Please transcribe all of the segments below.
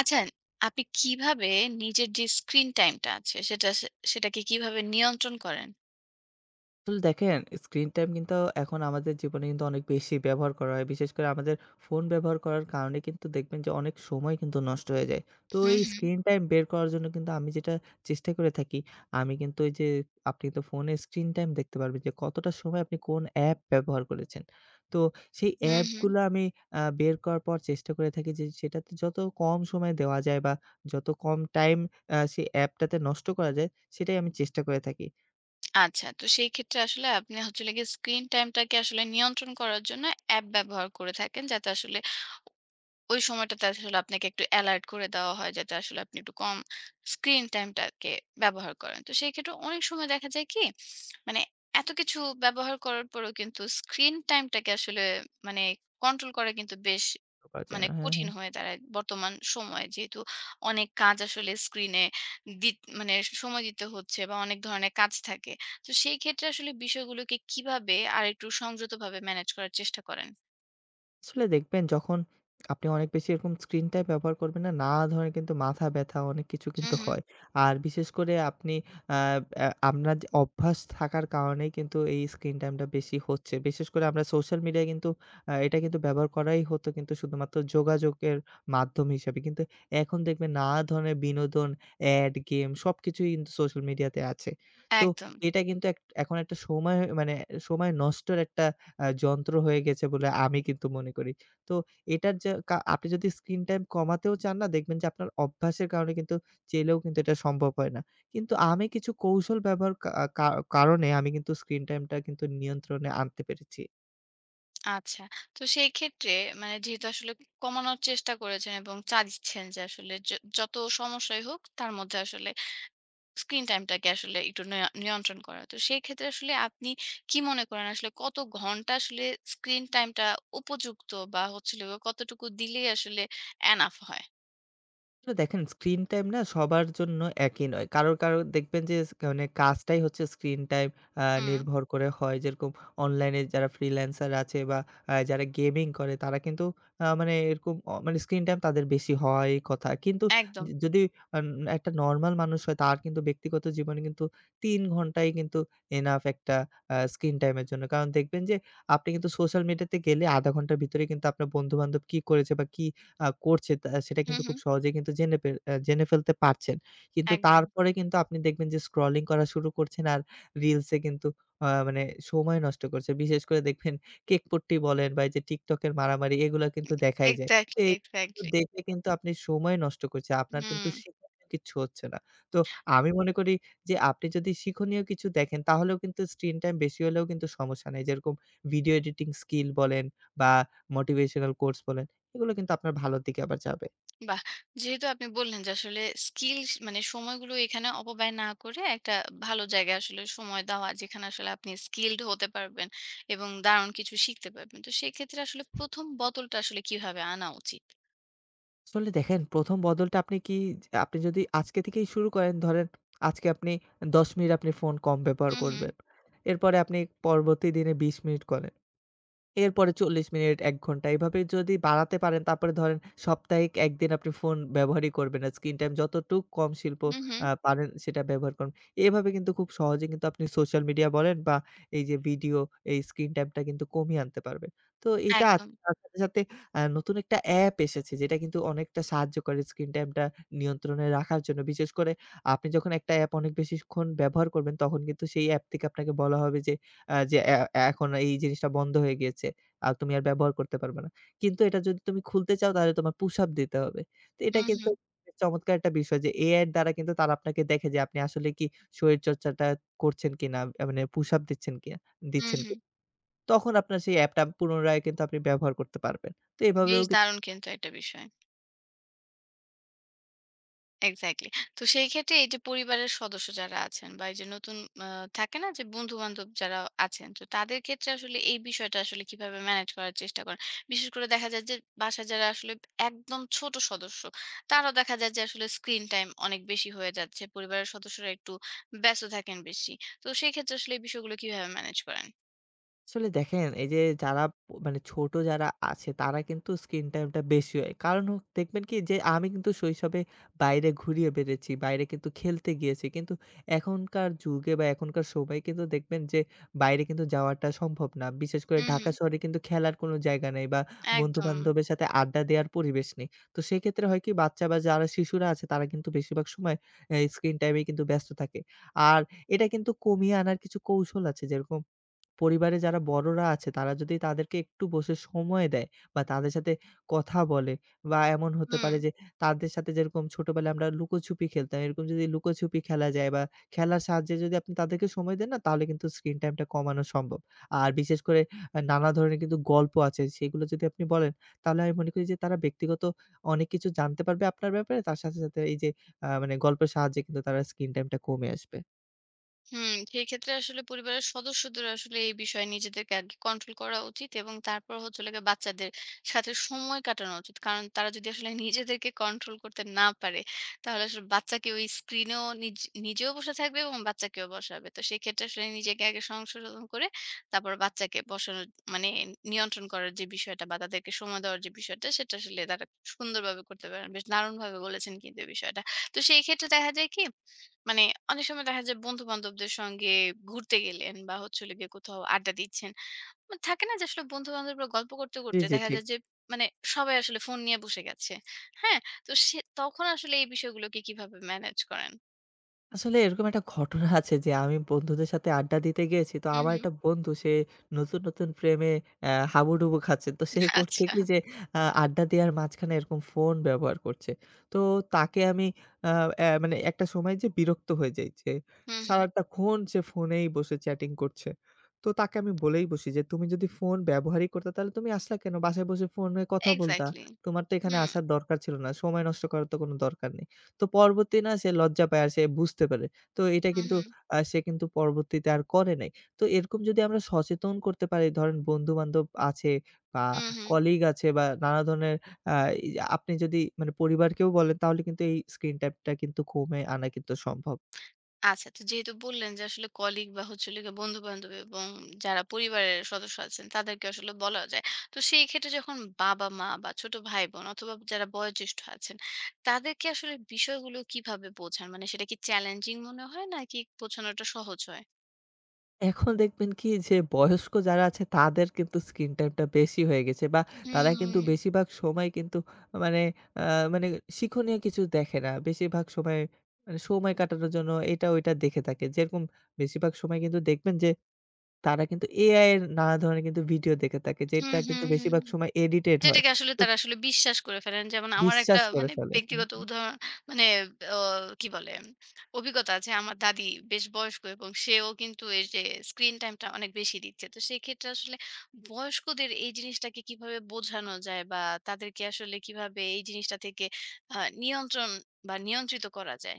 আচ্ছা, আপনি কিভাবে নিজের যে স্ক্রিন টাইমটা আছে সেটা সেটাকে কিভাবে নিয়ন্ত্রণ করেন? আসলে দেখেন, স্ক্রিন টাইম কিন্তু এখন আমাদের জীবনে কিন্তু অনেক বেশি ব্যবহার করা হয়। বিশেষ করে আমাদের ফোন ব্যবহার করার কারণে কিন্তু দেখবেন যে অনেক সময় কিন্তু নষ্ট হয়ে যায়। তো হুম, এই হুম। স্ক্রিন টাইম বের করার জন্য কিন্তু আমি যেটা চেষ্টা করে থাকি, আমি কিন্তু ওই যে আপনি তো ফোনে স্ক্রিন টাইম দেখতে পারবেন যে কতটা সময় আপনি কোন অ্যাপ ব্যবহার করেছেন। তো সেই হুম, হুম। অ্যাপগুলো আমি বের করার পর চেষ্টা করে থাকি যে সেটাতে যত কম সময় দেওয়া যায় বা যত কম টাইম সেই অ্যাপটাতে নষ্ট করা যায়, সেটাই আমি চেষ্টা করে থাকি। আচ্ছা। তো সেই ক্ষেত্রে আসলে আপনি হচ্ছে হলো গিয়ে স্ক্রিন টাইমটাকে আসলে নিয়ন্ত্রণ করার জন্য অ্যাপ ব্যবহার করে থাকেন। যাতে আসলে ওই সময়টাতে আসলে আপনাকে একটু এলার্ট করে দেওয়া হয় যাতে আসলে আপনি একটু কম স্ক্রিন টাইমটাকে ব্যবহার করেন। তো সেই ক্ষেত্রে অনেক সময় দেখা যায় কি? মানে এত কিছু ব্যবহার করার পরেও কিন্তু স্ক্রিন টাইমটাকে আসলে মানে কন্ট্রোল করা কিন্তু বেশ করা যায় মানে না। হ্যাঁ, কঠিন হ্যাঁ। হয়ে দাঁড়ায় বর্তমান সময়ে। যেহেতু অনেক কাজ আসলে স্ক্রিনে মানে সময় দিতে হচ্ছে বা অনেক ধরনের কাজ থাকে। তো সেই ক্ষেত্রে আসলে বিষয়গুলোকে কিভাবে আরেকটু সংযতভাবে ম্যানেজ করার চেষ্টা করেন? আসলে দেখবেন, যখন আপনি অনেক বেশি এরকম স্ক্রিন টাইম ব্যবহার করবেন না, নানা ধরনের কিন্তু মাথা ব্যথা অনেক কিছু হুম, কিন্তু হুম। হয়। আর বিশেষ করে আপনি আ আ আপনার যে অভ্যাস থাকার কারণেই কিন্তু এই স্ক্রিন টাইমটা বেশি হচ্ছে। বিশেষ করে আমরা সোশ্যাল মিডিয়ায় কিন্তু এটা কিন্তু ব্যবহার করাই হতো কিন্তু শুধুমাত্র যোগাযোগের মাধ্যম হিসেবে। কিন্তু এখন দেখবেন নানা ধরনের বিনোদন, অ্যাড, গেম সবকিছুই কিন্তু সোশ্যাল মিডিয়াতে আছে। তো একদম। এটা কিন্তু এখন একটা সময় মানে সময় নষ্টের একটা যন্ত্র হয়ে গেছে বলে আমি কিন্তু মনে করি। তো এটার যে আপনি যদি স্ক্রিন টাইম কমাতেও চান না, দেখবেন যে আপনার অভ্যাসের কারণে কিন্তু চাইলেও কিন্তু এটা সম্ভব হয় না। কিন্তু আমি কিছু কৌশল ব্যবহার কা কা কারণে আমি কিন্তু স্ক্রিন টাইমটা কিন্তু নিয়ন্ত্রণে আনতে পেরেছি। আচ্ছা। তো সেই ক্ষেত্রে মানে যেহেতু আসলে কমানোর চেষ্টা করেছেন এবং চাচ্ছেন যে আসলে যত সমস্যাই হোক তার মধ্যে আসলে স্ক্রিন টাইমটাকে আসলে একটু নিয়ন্ত্রণ করা। তো সেই ক্ষেত্রে আসলে আপনি কি মনে করেন আসলে কত ঘন্টা আসলে স্ক্রিন টাইমটা উপযুক্ত বা হচ্ছে হলো গিয়ে কতটুকু দিলেই আসলে এনাফ হয়? আসলে দেখেন, স্ক্রিন টাইম না সবার জন্য একই নয়। কারো, কারো দেখবেন যে মানে কাজটাই হচ্ছে স্ক্রিন টাইম হুম, নির্ভর করে হয়। যেরকম অনলাইনে যারা ফ্রিল্যান্সার আছে বা যারা গেমিং করে তারা কিন্তু মানে এরকম মানে স্ক্রিন টাইম তাদের বেশি হওয়াই কথা। কিন্তু একদম। যদি আন একটা নরমাল মানুষ হয়, তার কিন্তু ব্যক্তিগত জীবনে কিন্তু ৩ ঘন্টাই কিন্তু এনাফ একটা স্ক্রিন টাইমের জন্য। কারণ দেখবেন যে আপনি কিন্তু সোশ্যাল মিডিয়াতে গেলে ০.৫ ঘন্টার ভিতরে কিন্তু আপনার বন্ধু-বান্ধব কি করেছে বা কি করছে তা সেটা হুম, কিন্তু হুম। খুব সহজেই কিন্তু জেনে পে আ জেনে ফেলতে পারছেন। কিন্তু একদম। তারপরে কিন্তু আপনি দেখবেন যে স্ক্রলিং করা শুরু করছেন আর রিলসে কিন্তু মানে সময় নষ্ট করছে। বিশেষ করে দেখবেন কেকপট্টি বলেন বা এই যে TikTok এর মারামারি, এগুলা কিন্তু দেখাই যায়। তো এক্সাক্টলি, এই কিন্তু এক্সাক্টলি। দেখে কিন্তু আপনি সময় নষ্ট করছে। আপনার হুম। কিন্তু শিক্ষণীয় কিচ্ছু হচ্ছে না। তো আমি মনে করি যে আপনি যদি শিক্ষণীয় কিছু দেখেন তাহলেও কিন্তু স্ক্রিন টাইম বেশি হলেও কিন্তু সমস্যা নাই। যেরকম ভিডিও এডিটিং স্কিল বলেন বা মোটিভেশনাল কোর্স বলেন। এগুলো কিন্তু আপনার ভালোর দিকে আবার যাবে। বাহ! যেহেতু আপনি বললেন যে আসলে স্কিল মানে সময়গুলো এখানে অপব্যয় না করে একটা ভালো জায়গায় আসলে সময় দেওয়া যেখানে আসলে আপনি স্কিলড হতে পারবেন এবং দারুণ কিছু শিখতে পারবেন। তো সেক্ষেত্রে আসলে ১ম বদলটা আসলে কিভাবে আনা উচিত? আসলে দেখেন, ১ম বদলটা আপনি যদি আজকে থেকেই শুরু করেন, ধরেন আজকে আপনি ১০ মিনিট আপনি ফোন কম ব্যবহার হু, হু, করবেন। এরপরে আপনি পরবর্তী দিনে ২০ মিনিট করেন। এরপরে ৪০ মিনিট, ১ ঘন্টা, এভাবে যদি বাড়াতে পারেন, তারপরে ধরেন সাপ্তাহিক ১ দিন আপনি ফোন ব্যবহারই করবেন না। স্ক্রিন টাইম যতটুক কম শিল্প হু, হু, আ পারেন সেটা ব্যবহার করুন। এভাবে কিন্তু খুব সহজে কিন্তু আপনি সোশ্যাল মিডিয়া বলেন বা এই যে ভিডিও, এই স্ক্রিন টাইমটা কিন্তু কমিয়ে আনতে পারবেন। তো এটা একদম। আছে। তার সাথে, সাথে নতুন একটা অ্যাপ এসেছে যেটা কিন্তু অনেকটা সাহায্য করে স্ক্রিন টাইমটা নিয়ন্ত্রণে রাখার জন্য। বিশেষ করে আপনি যখন একটা অ্যাপ অনেক বেশিক্ষণ ব্যবহার করবেন, তখন কিন্তু সেই অ্যাপ থেকে আপনাকে বলা হবে যে আ যে এ এখন এই জিনিসটা বন্ধ হয়ে গিয়েছে। আর তুমি আর ব্যবহার করতে পারবে না। কিন্তু এটা যদি তুমি খুলতে চাও, তাহলে তোমার পুশ আপ দিতে হবে। তো হু, এটা হু, কিন্তু চমৎকার একটা বিষয় যে AI এর দ্বারা কিন্তু তারা আপনাকে দেখে যে আপনি আসলে কি শরীরচর্চাটা করছেন কিনা, মানে পুশ আপ দিচ্ছেন কিনা হু, দিচ্ছেন হু। কিনা। তখন আপনার সেই অ্যাপটা পুনরায় কিন্তু আপনি ব্যবহার করতে পারবেন। তো এভাবেও বেশ দারুণ কিন্তু একটা বিষয়। এক্সাক্টলি। তো সেই ক্ষেত্রে এই যে পরিবারের সদস্য যারা আছেন বা এই যে নতুন আ থাকে না যে বন্ধু-বান্ধব যারা আছেন, তো তাদের ক্ষেত্রে আসলে এই বিষয়টা আসলে কিভাবে ম্যানেজ করার চেষ্টা করেন? বিশেষ করে দেখা যায় যে বাসায় যারা আসলে একদম ছোট সদস্য, তারাও দেখা যায় যে আসলে স্ক্রিন টাইম অনেক বেশি হয়ে যাচ্ছে। পরিবারের সদস্যরা একটু ব্যস্ত থাকেন বেশি। তো সেই ক্ষেত্রে আসলে এই বিষয়গুলো কিভাবে ম্যানেজ করেন? আসলে দেখেন, এই যে যারা মানে ছোট যারা আছে, তারা কিন্তু স্ক্রিন টাইমটা বেশি হয়। কারণ হোক দেখবেন কি যে আমি কিন্তু শৈশবে বাইরে ঘুরিয়ে বেড়েছি, বাইরে কিন্তু খেলতে গিয়েছি। কিন্তু এখনকার যুগে বা এখনকার সময়ে কিন্তু দেখবেন যে বাইরে কিন্তু যাওয়াটা সম্ভব না। বিশেষ করে হুম, হুম। ঢাকা শহরে কিন্তু খেলার কোনো জায়গা নেই বা একদম। বন্ধু-বান্ধবের সাথে আড্ডা দেওয়ার পরিবেশ নেই। তো সেক্ষেত্রে হয় কি, বাচ্চা বা যারা শিশুরা আছে, তারা কিন্তু বেশিরভাগ সময় এই স্ক্রিন টাইমেই কিন্তু ব্যস্ত থাকে। আর এটা কিন্তু কমিয়ে আনার কিছু কৌশল আছে। যেরকম পরিবারে যারা বড়রা আছে, তারা যদি তাদেরকে একটু বসে সময় দেয় বা তাদের সাথে কথা বলে বা এমন হতে হুম। পারে যে তাদের সাথে যেরকম ছোটবেলায় আমরা লুকোছুপি খেলতাম, এরকম যদি লুকোছুপি খেলা যায় বা খেলার সাহায্যে যদি আপনি তাদেরকে সময় দেন না, তাহলে কিন্তু স্ক্রিন টাইমটা কমানো সম্ভব। আর বিশেষ করে নানা ধরনের কিন্তু গল্প আছে, সেগুলো যদি আপনি বলেন, তাহলে আমি মনে করি যে তারা ব্যক্তিগত অনেক কিছু জানতে পারবে আপনার ব্যাপারে। তার সাথে, সাথে এই যে মানে গল্পের সাহায্যে কিন্তু তারা স্ক্রিন টাইমটা কমে আসবে। হুম, সেক্ষেত্রে আসলে পরিবারের সদস্যদের আসলে এই বিষয়ে নিজেদেরকে আগে কন্ট্রোল করা উচিত এবং তারপর হচ্ছে হলো গিয়ে বাচ্চাদের সাথে সময় কাটানো উচিত। কারণ তারা যদি আসলে নিজেদেরকে কন্ট্রোল করতে না পারে, তাহলে আসলে বাচ্চাকে ওই স্ক্রিনেও নিজেও বসে থাকবে এবং বাচ্চাকেও বসাবে। তো সেক্ষেত্রে আসলে নিজেকে আগে সংশোধন করে তারপর বাচ্চাকে বসানোর মানে নিয়ন্ত্রণ করার যে বিষয়টা বা তাদেরকে সময় দেওয়ার যে বিষয়টা সেটা আসলে তারা খুব সুন্দরভাবে করতে পারেন। বেশ দারুণভাবে বলেছেন কিন্তু এই বিষয়টা। তো সেই ক্ষেত্রে দেখা যায় কি মানে অনেক সময় দেখা যায় বন্ধু-বান্ধবদের সঙ্গে ঘুরতে গেলেন বা হচ্ছে হলো গিয়ে কোথাও আড্ডা দিচ্ছেন। মানে থাকে না যে আসলে বন্ধু-বান্ধবরা গল্প করতে, জি, করতে জি, দেখা ঠিক। যায় যে মানে সবাই আসলে ফোন নিয়ে বসে গেছে। হ্যাঁ? তো সে তখন আসলে এই বিষয়গুলোকে কিভাবে ম্যানেজ করেন? আসলে এরকম একটা ঘটনা আছে যে আমি বন্ধুদের সাথে আড্ডা দিতে গিয়েছি। তো হু, আমার হু। একটা বন্ধু, সে নতুন, নতুন প্রেমে হাবুডুবু খাচ্ছে। তো সে করছে আচ্ছা। কি যে আড্ডা দেওয়ার মাঝখানে এরকম ফোন ব্যবহার করছে। তো তাকে আমি আ অ্যা মানে একটা সময় যে বিরক্ত হয়ে যাই যে হুম, সারাটাক্ষণ সে ফোনেই বসে চ্যাটিং করছে। তো তাকে আমি বলেই বসি যে, "তুমি যদি ফোন ব্যবহারই করতে তাহলে তুমি আসলা কেন? বাসায় বসে ফোনে কথা বলতা। এক্স্যাক্টলি হুম। তোমার তো এক্সাক্টলি। এখানে হুম, আসার দরকার ছিল না। সময় নষ্ট করার তো কোনো দরকার নেই।" তো পরবর্তী না সে লজ্জা পায় আর সে বুঝতে পারে। তো এটা হু, কিন্তু হু, সে কিন্তু পরবর্তীতে আর করে নাই। তো এরকম যদি আমরা সচেতন করতে পারি, ধরেন বন্ধু-বান্ধব আছে বা হু, হু। কলিগ আছে বা নানা ধরনের আ এই যে আপনি যদি মানে পরিবারকেও বলেন, তাহলে কিন্তু এই স্ক্রিন টাইমটা কিন্তু কমে আনা কিন্তু সম্ভব। আচ্ছা, তো যেহেতু বললেন যে আসলে কলিগ বা হচ্ছে হলো গিয়ে বন্ধু-বান্ধব এবং যারা পরিবারের সদস্য আছেন তাদেরকে আসলে বলা যায়। তো সেই ক্ষেত্রে যখন বাবা-মা বা ছোট ভাই-বোন অথবা যারা বয়োজ্যেষ্ঠ আছেন, তাদেরকে আসলে বিষয়গুলো কিভাবে বোঝান? মানে সেটা কি চ্যালেঞ্জিং মনে হয় নাকি বোঝানোটা সহজ হয়? এখন দেখবেন কি যে বয়স্ক যারা আছে, তাদের কিন্তু স্ক্রিন টাইমটা বেশি হয়ে গেছে বা তারা কিন্তু হুম, বেশিরভাগ সময় কিন্তু মানে আ মানে শিক্ষণীয় কিছু দেখে না। বেশিরভাগ সময় মানে সময় কাটানোর জন্য এটা ওইটা দেখে থাকে। যেরকম বেশিরভাগ সময় কিন্তু দেখবেন যে তারা কিন্তু এআই এর নানা ধরনের কিন্তু ভিডিও দেখে থাকে। হুম, যেটা হুম, কিন্তু হুম। বেশিরভাগ সময় এডিটেড হয়। যেটাকে আসলে তো তারা আসলে বিশ্বাস করে ফেলেন। যেমন আমার একটা বিশ্বাস করে মানে ফেলে। হুম। ব্যক্তিগত উদাহরণ মানে অ কি বলে? অভিজ্ঞতা আছে। আমার দাদি বেশ বয়স্ক এবং সেও কিন্তু এই যে স্ক্রিন টাইমটা অনেক বেশি দিচ্ছে। তো সেক্ষেত্রে আসলে বয়স্কদের এই জিনিসটাকে কিভাবে বোঝানো যায় বা তাদেরকে আসলে কিভাবে এই জিনিসটা থেকে আ নিয়ন্ত্রণ বা নিয়ন্ত্রিত করা যায়?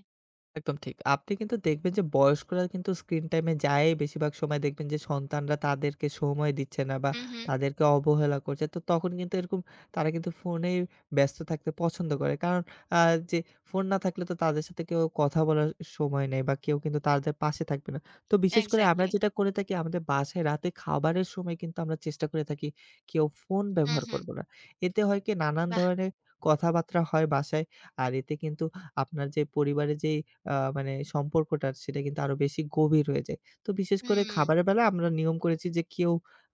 একদম ঠিক। আপনি কিন্তু দেখবেন যে বয়স্করা কিন্তু স্ক্রিন টাইমে যায় বেশিরভাগ সময়, দেখবেন যে সন্তানরা তাদেরকে সময় দিচ্ছে না বা হু, হু। তাদেরকে অবহেলা করছে। তো তখন কিন্তু এরকম তারা কিন্তু ফোনেই ব্যস্ত থাকতে পছন্দ করে। কারণ আ যে ফোন না থাকলে তো তাদের সাথে কেউ কথা বলার সময় নেই বা কেউ কিন্তু তাদের পাশে থাকবে না। তো বিশেষ করে আমরা এক্সাক্টলি। যেটা করে থাকি, আমাদের বাসায় রাতে খাবারের সময় কিন্তু আমরা চেষ্টা করে থাকি কেউ ফোন হু, ব্যবহার হু। করব না। এতে হয় কি, নানান বাহ! ধরনের কথাবার্তা হয় বাসায়। আর এতে কিন্তু আপনার যে পরিবারে যে মানে সম্পর্কটা সেটা কিন্তু আরো বেশি গভীর হয়ে যায়। তো বিশেষ করে হুম। খাবারের বেলা আমরা নিয়ম করেছি যে কেউ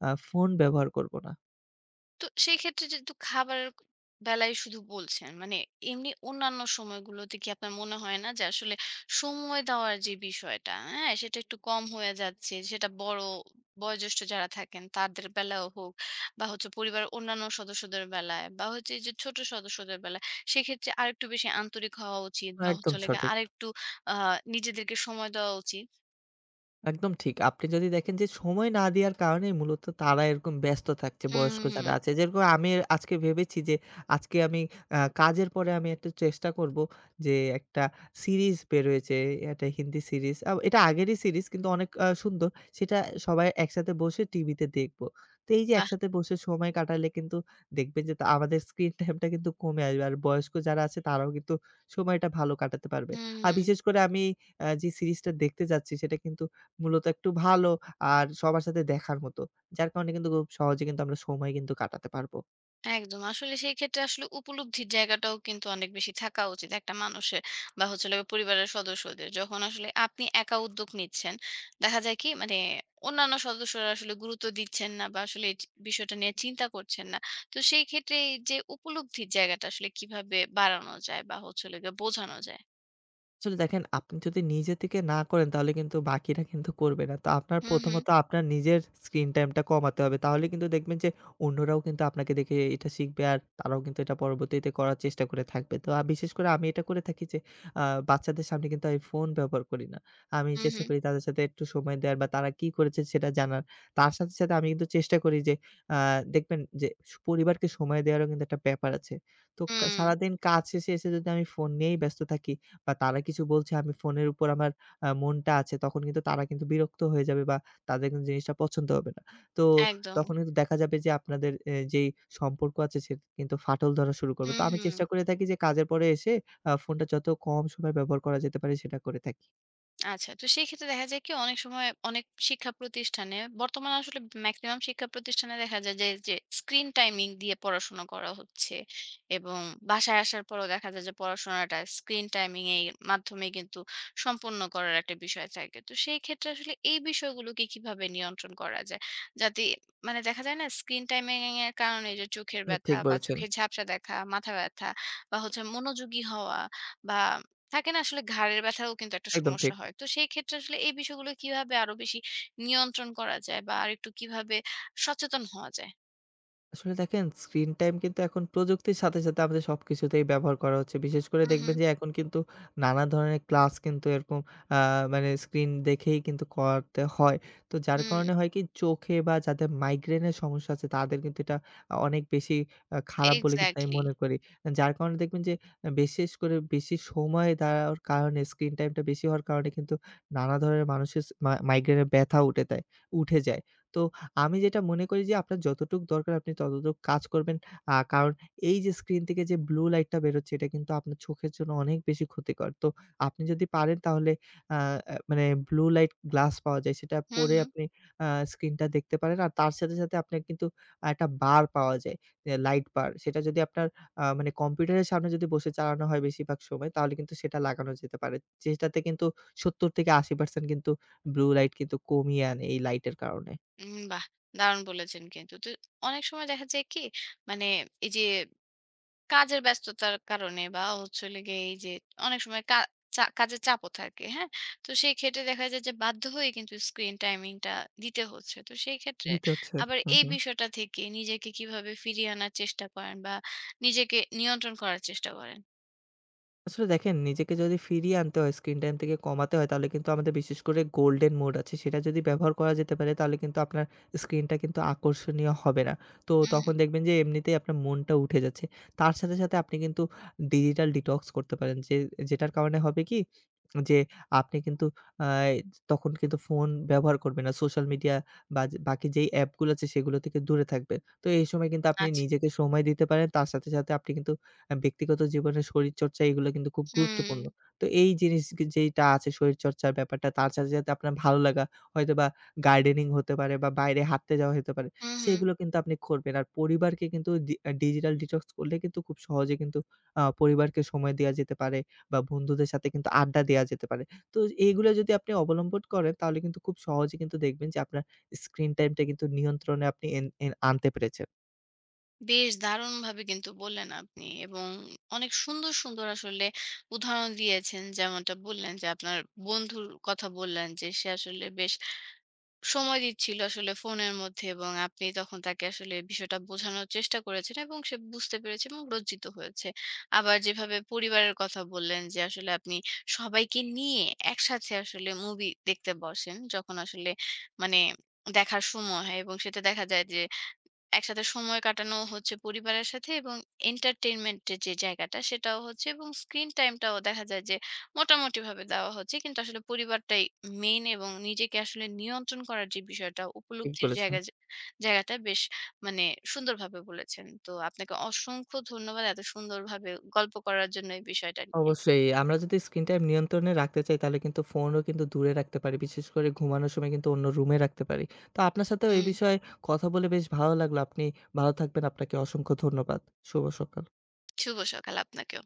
ফোন ব্যবহার করব না। তো সেই ক্ষেত্রে যেহেতু খাবারের বেলায় শুধু বলছেন, মানে এমনি অন্যান্য সময়গুলোতে কি আপনার মনে হয় না যে আসলে সময় দেওয়ার যে বিষয়টা, হ্যাঁ? সেটা একটু কম হয়ে যাচ্ছে। সেটা বড় বয়োজ্যেষ্ঠ যারা থাকেন তাদের বেলাও হোক বা হচ্ছে পরিবারের অন্যান্য সদস্যদের বেলায় বা হচ্ছে এই যে ছোট সদস্যদের বেলায়, সেক্ষেত্রে আরেকটু বেশি আন্তরিক হওয়া উচিত বা হচ্ছে একদম হলো গিয়ে সঠিক। আরেকটু আ নিজেদেরকে সময় দেওয়া উচিত। একদম ঠিক। আপনি যদি দেখেন যে সময় না দেওয়ার কারণেই মূলত তারা এরকম ব্যস্ত থাকছে, হুম, বয়স্ক হুম, হুম। যারা আছে। যেরকম আমি আজকে ভেবেছি যে আজকে আমি কাজের পরে আমি একটু চেষ্টা করব যে একটা সিরিজ বেরোয়েছে, একটা হিন্দি সিরিজ। এটা আগেরই সিরিজ কিন্তু অনেক সুন্দর। সেটা সবাই একসাথে বসে টিভিতে দেখব। তো এই যে বাহ! একসাথে বসে সময় কাটালে কিন্তু দেখবেন যে তা আমাদের স্ক্রিন টাইমটা কিন্তু কমে আসবে। আর বয়স্ক যারা আছে তারাও কিন্তু সময়টা ভালো কাটাতে পারবে। হুম। আর হুম বিশেষ করে আমি যে সিরিজটা দেখতে যাচ্ছি সেটা কিন্তু মূলত একটু ভালো আর সবার সাথে দেখার মতো। যার কারণে কিন্তু খুব সহজে কিন্তু আমরা সময় কিন্তু কাটাতে পারব। একদম। আসলে সেই ক্ষেত্রে আসলে উপলব্ধির জায়গাটাও কিন্তু অনেক বেশি থাকা উচিত একটা মানুষের বা হচ্ছে হলো গিয়ে পরিবারের সদস্যদের। যখন আসলে আপনি একা উদ্যোগ নিচ্ছেন, দেখা যায় কি মানে অন্যান্য সদস্যরা আসলে গুরুত্ব দিচ্ছেন না বা আসলে এই বিষয়টা নিয়ে চিন্তা করছেন না। তো সেই ক্ষেত্রে এই যে উপলব্ধির জায়গাটা আসলে কিভাবে বাড়ানো যায় বা হচ্ছে হলো গিয়ে বোঝানো যায়? আসলে দেখেন, আপনি যদি নিজে থেকে না করেন, তাহলে কিন্তু বাকিরা কিন্তু করবে না। তো আপনার হুম, হুম। প্রথমত আপনার নিজের স্ক্রিন টাইমটা কমাতে হবে। তাহলে কিন্তু দেখবেন যে অন্যরাও কিন্তু আপনাকে দেখে এটা শিখবে আর তারাও কিন্তু এটা পরবর্তীতে করার চেষ্টা করে থাকবে। তো বিশেষ করে আমি এটা করে থাকি যে আ বাচ্চাদের সামনে কিন্তু আমি ফোন ব্যবহার করি না। আমি হুম, চেষ্টা হুম। করি তাদের সাথে একটু সময় দেওয়ার বা তারা কি করেছে সেটা জানার। তার সাথে, সাথে আমি কিন্তু চেষ্টা করি যে আ দেখবেন যে পরিবারকে সময় দেওয়ারও কিন্তু একটা ব্যাপার আছে। তো হুম, সারাদিন কাজ শেষে এসে যদি আমি ফোন নিয়েই ব্যস্ত থাকি বা তারা কিছু বলছে, আমি ফোনের উপর আমার মনটা আছে, তখন কিন্তু তারা কিন্তু বিরক্ত হয়ে যাবে বা তাদের কিন্তু জিনিসটা পছন্দ হবে না। তো একদম। তখন কিন্তু দেখা যাবে যে আপনাদের যেই সম্পর্ক আছে সেটা কিন্তু ফাটল ধরা শুরু করবে। হুম, তো আমি হুম। চেষ্টা করে থাকি যে কাজের পরে এসে ফোনটা যত কম সময় ব্যবহার করা যেতে পারে সেটা করে থাকি। আচ্ছা। তো সেইক্ষেত্রে দেখা যায় কি অনেক সময় অনেক শিক্ষা প্রতিষ্ঠানে বর্তমানে আসলে মেক্সিমাম শিক্ষা প্রতিষ্ঠানে দেখা যায় যে, যে স্ক্রিন টাইমিং দিয়ে পড়াশোনা করা হচ্ছে এবং বাসায় আসার পরেও দেখা যায় যে পড়াশোনাটা স্ক্রিন টাইমিং এর মাধ্যমে কিন্তু সম্পন্ন করার একটা বিষয় থাকে। তো সেই ক্ষেত্রে আসলে এই বিষয়গুলোকে কিভাবে নিয়ন্ত্রণ করা যায়? যাতে মানে দেখা যায় না স্ক্রিন টাইমিং এর কারণে যে চোখের ব্যথা ঠিক বা বলেছেন। চোখের ঝাপসা দেখা, মাথা ব্যথা বা হচ্ছে মনোযোগী হওয়া বা থাকে না আসলে ঘাড়ের ব্যথাও কিন্তু একটা একদম সমস্যা ঠিক। হয়। তো সেই ক্ষেত্রে আসলে এই বিষয়গুলো কিভাবে আরো বেশি নিয়ন্ত্রণ করা যায় বা আরেকটু কিভাবে সচেতন হওয়া যায়? আসলে দেখেন, স্ক্রিন টাইম কিন্তু এখন প্রযুক্তির সাথে, সাথে আমাদের সবকিছুতেই ব্যবহার করা হচ্ছে। বিশেষ করে হুম, হুম, দেখবেন যে এখন কিন্তু নানা ধরনের ক্লাস কিন্তু এরকম আ মানে স্ক্রিন দেখেই কিন্তু করাতে হয়। তো যার হুম, কারণে হয় কি, চোখে বা যাদের মাইগ্রেনের সমস্যা আছে, তাদের কিন্তু এটা অনেক বেশি খারাপ বলে কিন্তু আমি এক্সাক্টলি। মনে করি। যার কারণে দেখবেন যে আহ, বিশেষ করে বেশি সময় দেওয়ার কারণে, স্ক্রিন টাইমটা বেশি হওয়ার কারণে কিন্তু নানা ধরনের মানুষের স মা মাইগ্রেনের ব্যথা উঠে যায়। তো আমি যেটা মনে করি যে আপনার যতটুক দরকার আপনি ততটুক কাজ করবেন। কারণ এই যে স্ক্রিন থেকে যে ব্লু লাইটটা বেরোচ্ছে, এটা কিন্তু আপনার চোখের জন্য অনেক বেশি ক্ষতিকর। তো আপনি যদি পারেন তাহলে আ আ মানে ব্লু লাইট গ্লাস পাওয়া যায়, সেটা হুম, পরে হুম, আপনি আ স্ক্রিনটা দেখতে পারেন। আর তার সাথে, সাথে আপনার কিন্তু একটা বার পাওয়া যায়, এ লাইট বার। সেটা যদি আপনার মানে কম্পিউটারের সামনে যদি বসে চালানো হয় বেশিরভাগ সময়, তাহলে কিন্তু সেটা লাগানো যেতে পারে। যেটাতে কিন্তু ৭০ থেকে ৮০% কিন্তু ব্লু লাইট কিন্তু কমিয়ে আনে এই লাইটের কারণে। উম বাহ! দারুণ বলেছেন কিন্তু। তো অনেক সময় দেখা যায় কি? মানে এই যে কাজের ব্যস্ততার কারণে বা হচ্ছে হলো গিয়ে এই যে অনেক সময় কা চা কাজের চাপও থাকে, হ্যাঁ? তো সেই ক্ষেত্রে দেখা যায় যে বাধ্য হয়ে কিন্তু স্ক্রিন টাইমিংটা দিতে হচ্ছে। তো সেই ক্ষেত্রে দিতে হচ্ছে। আবার হুম, এই হুম। বিষয়টা থেকে নিজেকে কিভাবে ফিরিয়ে আনার চেষ্টা করেন বা নিজেকে নিয়ন্ত্রণ করার চেষ্টা করেন? আসলে দেখেন, নিজেকে যদি ফিরিয়ে আনতে হয়, স্ক্রিন টাইম থেকে কমাতে হয়, তাহলে কিন্তু আমাদের বিশেষ করে গোল্ডেন মোড আছে, সেটা যদি ব্যবহার করা যেতে পারে, তাহলে কিন্তু আপনার স্ক্রিনটা কিন্তু আকর্ষণীয় হবে না। তো হুম, হুম। তখন দেখবেন যে এমনিতেই আপনার মনটা উঠে যাচ্ছে। তার সাথে, সাথে আপনি কিন্তু ডিজিটাল ডিটক্স করতে পারেন যে, যেটার কারণে হবে কি যে আপনি কিন্তু আ তখন কিন্তু ফোন ব্যবহার করবেন না। সোশ্যাল মিডিয়া বা যে বাকি যেই অ্যাপগুলো আছে সেগুলো থেকে দূরে থাকবেন। তো এই সময় কিন্তু আপনি আচ্ছা। নিজেকে সময় দিতে পারেন। তার সাথে, সাথে আপনি কিন্তু ব্যক্তিগত জীবনে শরীরচর্চা, এগুলো কিন্তু খুব গুরুত্বপূর্ণ। হুম, তো এই জিনিস গে যেইটা আছে শরীরচর্চার ব্যাপারটা, তার সাথে, সাথে আপনার ভালো লাগা হয়তোবা গার্ডেনিং হতে পারে বা বাইরে হাঁটতে যাওয়া হতে পারে। হুম, হুম। সেগুলো কিন্তু আপনি করবেন। আর পরিবারকে কিন্তু ডিজিটাল ডিটক্স করলে কিন্তু খুব সহজে কিন্তু পরিবারকে সময় দেয়া যেতে পারে। বা বন্ধুদের সাথে কিন্তু আড্ডা দেয়া যেতে পারে। তো এইগুলা যদি আপনি অবলম্বন করেন তাহলে কিন্তু খুব সহজে কিন্তু দেখবেন যে আপনার স্ক্রিন টাইমটা কিন্তু নিয়ন্ত্রণে আপনি এন এন আনতে পেরেছেন। বেশ দারুণভাবে কিন্তু বললেন আপনি এবং অনেক সুন্দর, সুন্দর আসলে উদাহরণ দিয়েছেন। যেমনটা বললেন যে আপনার বন্ধুর কথা বললেন যে সে আসলে বেশ সময় দিচ্ছিল আসলে ফোনের মধ্যে এবং আপনি তখন তাকে আসলে বিষয়টা বোঝানোর চেষ্টা করেছেন এবং সে বুঝতে পেরেছে এবং লজ্জিত হয়েছে। আবার যেভাবে পরিবারের কথা বললেন যে আসলে আপনি সবাইকে নিয়ে একসাথে আসলে মুভি দেখতে বসেন যখন আসলে মানে দেখার সময় হয় এবং সেটা দেখা যায় যে একসাথে সময় কাটানো হচ্ছে পরিবারের সাথে এবং entertainment এর যে জায়গাটা সেটাও হচ্ছে এবং স্ক্রিন টাইমটাও দেখা যায় যে মোটামুটিভাবে দেওয়া হচ্ছে। কিন্তু আসলে পরিবারটাই মেইন এবং নিজেকে আসলে নিয়ন্ত্রণ করার যে বিষয়টা ঠিক উপলব্ধির বলেছেন। জায়গা যে জায়গাটা বেশ মানে সুন্দরভাবে বলেছেন। তো আপনাকে অসংখ্য ধন্যবাদ এত সুন্দরভাবে গল্প করার জন্য এই বিষয়টা নিয়ে। অবশ্যই আমরা যদি স্ক্রিন টাইম নিয়ন্ত্রণে রাখতে চাই, তাহলে কিন্তু ফোনও কিন্তু দূরে রাখতে পারি। বিশেষ করে ঘুমানোর সময় কিন্তু অন্য রুমে রাখতে পারি। তো আপনার সাথেও এই হুম, বিষয়ে কথা বলে বেশ ভালো লাগলো। আপনি ভালো থাকবেন। আপনাকে অসংখ্য ধন্যবাদ। শুভ সকাল। শুভ সকাল আপনাকেও।